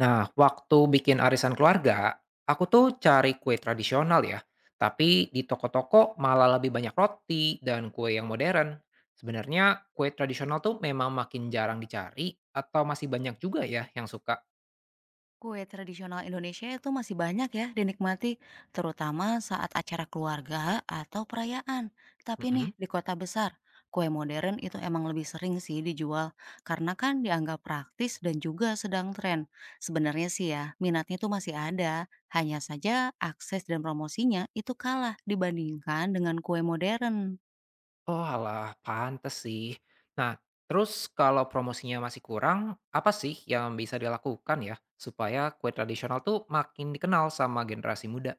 Nah, waktu bikin arisan keluarga, aku tuh cari kue tradisional ya. Tapi di toko-toko malah lebih banyak roti dan kue yang modern. Sebenarnya kue tradisional tuh memang makin jarang dicari atau masih banyak juga ya yang suka. Kue tradisional Indonesia itu masih banyak ya dinikmati, terutama saat acara keluarga atau perayaan. Tapi nih, Mm-mm. di kota besar, kue modern itu emang lebih sering sih dijual karena kan dianggap praktis dan juga sedang tren. Sebenarnya sih ya, minatnya itu masih ada, hanya saja akses dan promosinya itu kalah dibandingkan dengan kue modern. Oh alah, pantes sih. Nah, terus kalau promosinya masih kurang, apa sih yang bisa dilakukan ya supaya kue tradisional tuh makin dikenal sama generasi muda?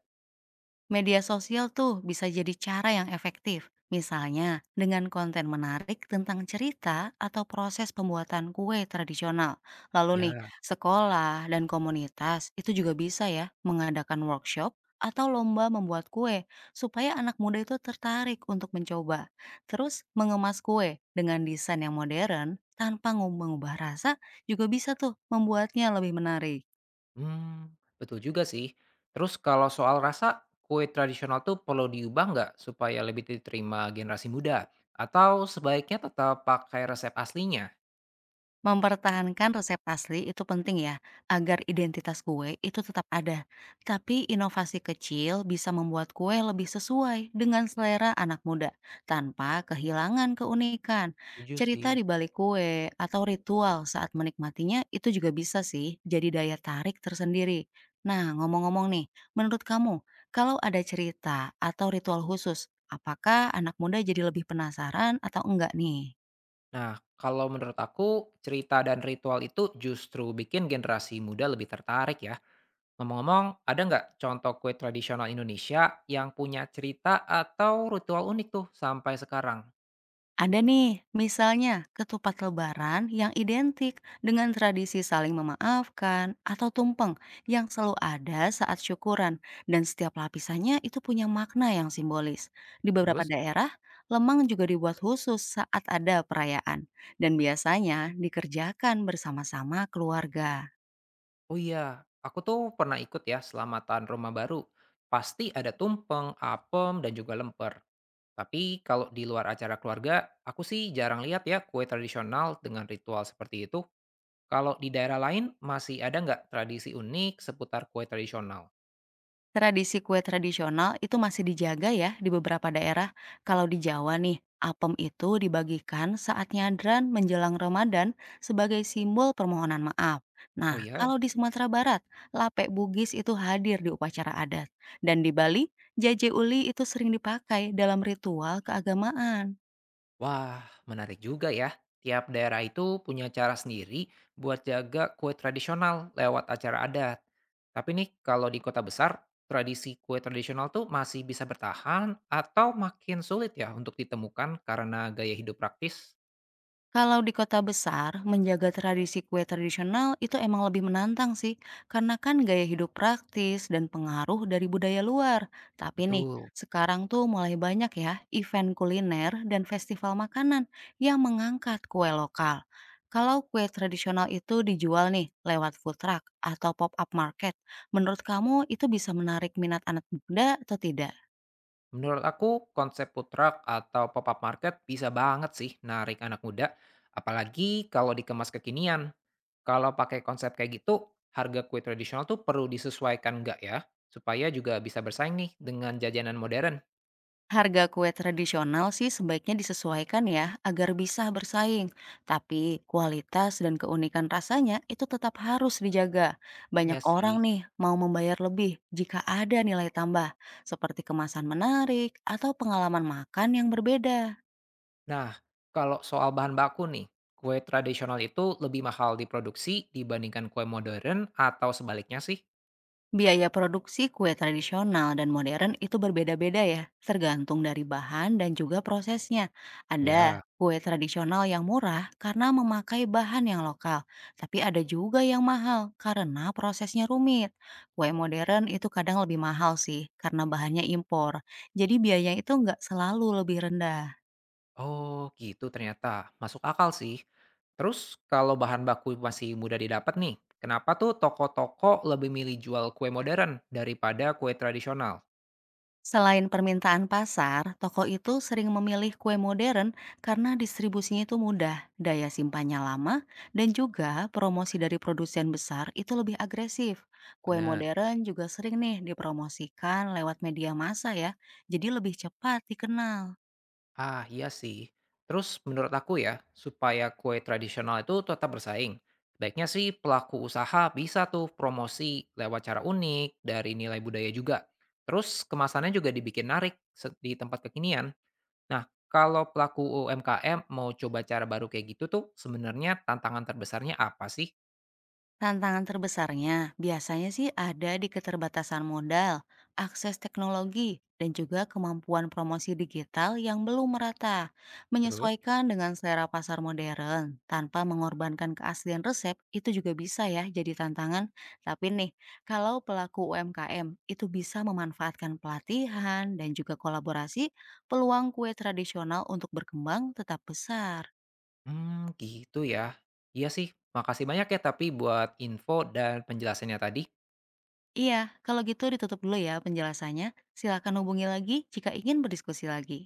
Media sosial tuh bisa jadi cara yang efektif, misalnya dengan konten menarik tentang cerita atau proses pembuatan kue tradisional. Lalu nih, Ya. sekolah dan komunitas itu juga bisa ya mengadakan workshop atau lomba membuat kue supaya anak muda itu tertarik untuk mencoba. Terus mengemas kue dengan desain yang modern tanpa mengubah rasa juga bisa tuh membuatnya lebih menarik. Mmm, betul juga sih. Terus kalau soal rasa, kue tradisional tuh perlu diubah nggak supaya lebih diterima generasi muda? Atau sebaiknya tetap pakai resep aslinya? Mempertahankan resep asli itu penting ya, agar identitas kue itu tetap ada. Tapi inovasi kecil bisa membuat kue lebih sesuai dengan selera anak muda, tanpa kehilangan keunikan. Setuju Cerita sih. di balik kue atau ritual saat menikmatinya itu juga bisa sih jadi daya tarik tersendiri. Nah, ngomong-ngomong nih, menurut kamu, kalau ada cerita atau ritual khusus, apakah anak muda jadi lebih penasaran atau enggak nih? Nah, kalau menurut aku, cerita dan ritual itu justru bikin generasi muda lebih tertarik ya. Ngomong-ngomong, ada nggak contoh kue tradisional Indonesia yang punya cerita atau ritual unik tuh sampai sekarang? Ada nih, misalnya ketupat lebaran yang identik dengan tradisi saling memaafkan atau tumpeng yang selalu ada saat syukuran dan setiap lapisannya itu punya makna yang simbolis. Di beberapa Terus. daerah, lemang juga dibuat khusus saat ada perayaan dan biasanya dikerjakan bersama-sama keluarga. Oh iya, aku tuh pernah ikut ya selamatan rumah baru. Pasti ada tumpeng, apem, dan juga lemper. Tapi kalau di luar acara keluarga, aku sih jarang lihat ya kue tradisional dengan ritual seperti itu. Kalau di daerah lain, masih ada nggak tradisi unik seputar kue tradisional? Tradisi kue tradisional itu masih dijaga ya di beberapa daerah. Kalau di Jawa nih, apem itu dibagikan saat nyadran menjelang Ramadan sebagai simbol permohonan maaf. Oh Nah, iya? kalau di Sumatera Barat, lapek bugis itu hadir di upacara adat. Dan di Bali, jaje uli itu sering dipakai dalam ritual keagamaan. Wah, menarik juga ya. Tiap daerah itu punya cara sendiri buat jaga kue tradisional lewat acara adat. Tapi nih, kalau di kota besar, tradisi kue tradisional tuh masih bisa bertahan atau makin sulit ya untuk ditemukan karena gaya hidup praktis. Kalau di kota besar, menjaga tradisi kue tradisional itu emang lebih menantang sih, karena kan gaya hidup praktis dan pengaruh dari budaya luar. Tapi nih, Betul. sekarang tuh mulai banyak ya event kuliner dan festival makanan yang mengangkat kue lokal. Kalau kue tradisional itu dijual nih lewat food truck atau pop-up market, menurut kamu itu bisa menarik minat anak muda atau tidak? Menurut aku, konsep food truck atau pop-up market bisa banget sih narik anak muda, apalagi kalau dikemas kekinian. Kalau pakai konsep kayak gitu, harga kue tradisional tuh perlu disesuaikan nggak ya? Supaya juga bisa bersaing nih dengan jajanan modern. Harga kue tradisional sih sebaiknya disesuaikan ya agar bisa bersaing. Tapi kualitas dan keunikan rasanya itu tetap harus dijaga. Banyak Ya orang sih. nih mau membayar lebih jika ada nilai tambah, seperti kemasan menarik atau pengalaman makan yang berbeda. Nah, kalau soal bahan baku nih, kue tradisional itu lebih mahal diproduksi dibandingkan kue modern atau sebaliknya sih? Biaya produksi kue tradisional dan modern itu berbeda-beda ya, tergantung dari bahan dan juga prosesnya. Ada Ya. kue tradisional yang murah karena memakai bahan yang lokal, tapi ada juga yang mahal karena prosesnya rumit. Kue modern itu kadang lebih mahal sih karena bahannya impor, jadi biaya itu nggak selalu lebih rendah. Oh, gitu ternyata. Masuk akal sih. Terus kalau bahan baku masih mudah didapat nih, kenapa tuh toko-toko lebih milih jual kue modern daripada kue tradisional? Selain permintaan pasar, toko itu sering memilih kue modern karena distribusinya itu mudah, daya simpannya lama, dan juga promosi dari produsen besar itu lebih agresif. Kue Benar. modern juga sering nih dipromosikan lewat media massa ya, jadi lebih cepat dikenal. Ah, iya sih. Terus menurut aku ya, supaya kue tradisional itu tetap bersaing, baiknya sih pelaku usaha bisa tuh promosi lewat cara unik dari nilai budaya juga. Terus kemasannya juga dibikin menarik di tempat kekinian. Nah, kalau pelaku UMKM mau coba cara baru kayak gitu tuh, sebenarnya tantangan terbesarnya apa sih? Tantangan terbesarnya biasanya sih ada di keterbatasan modal, akses teknologi, dan juga kemampuan promosi digital yang belum merata. Terus? Menyesuaikan dengan selera pasar modern tanpa mengorbankan keaslian resep itu juga bisa ya jadi tantangan. Tapi nih, kalau pelaku UMKM itu bisa memanfaatkan pelatihan dan juga kolaborasi, peluang kue tradisional untuk berkembang tetap besar. Hmm, gitu ya. Iya sih. Makasih banyak ya tapi buat info dan penjelasannya tadi. Iya, kalau gitu ditutup dulu ya penjelasannya. Silakan hubungi lagi jika ingin berdiskusi lagi.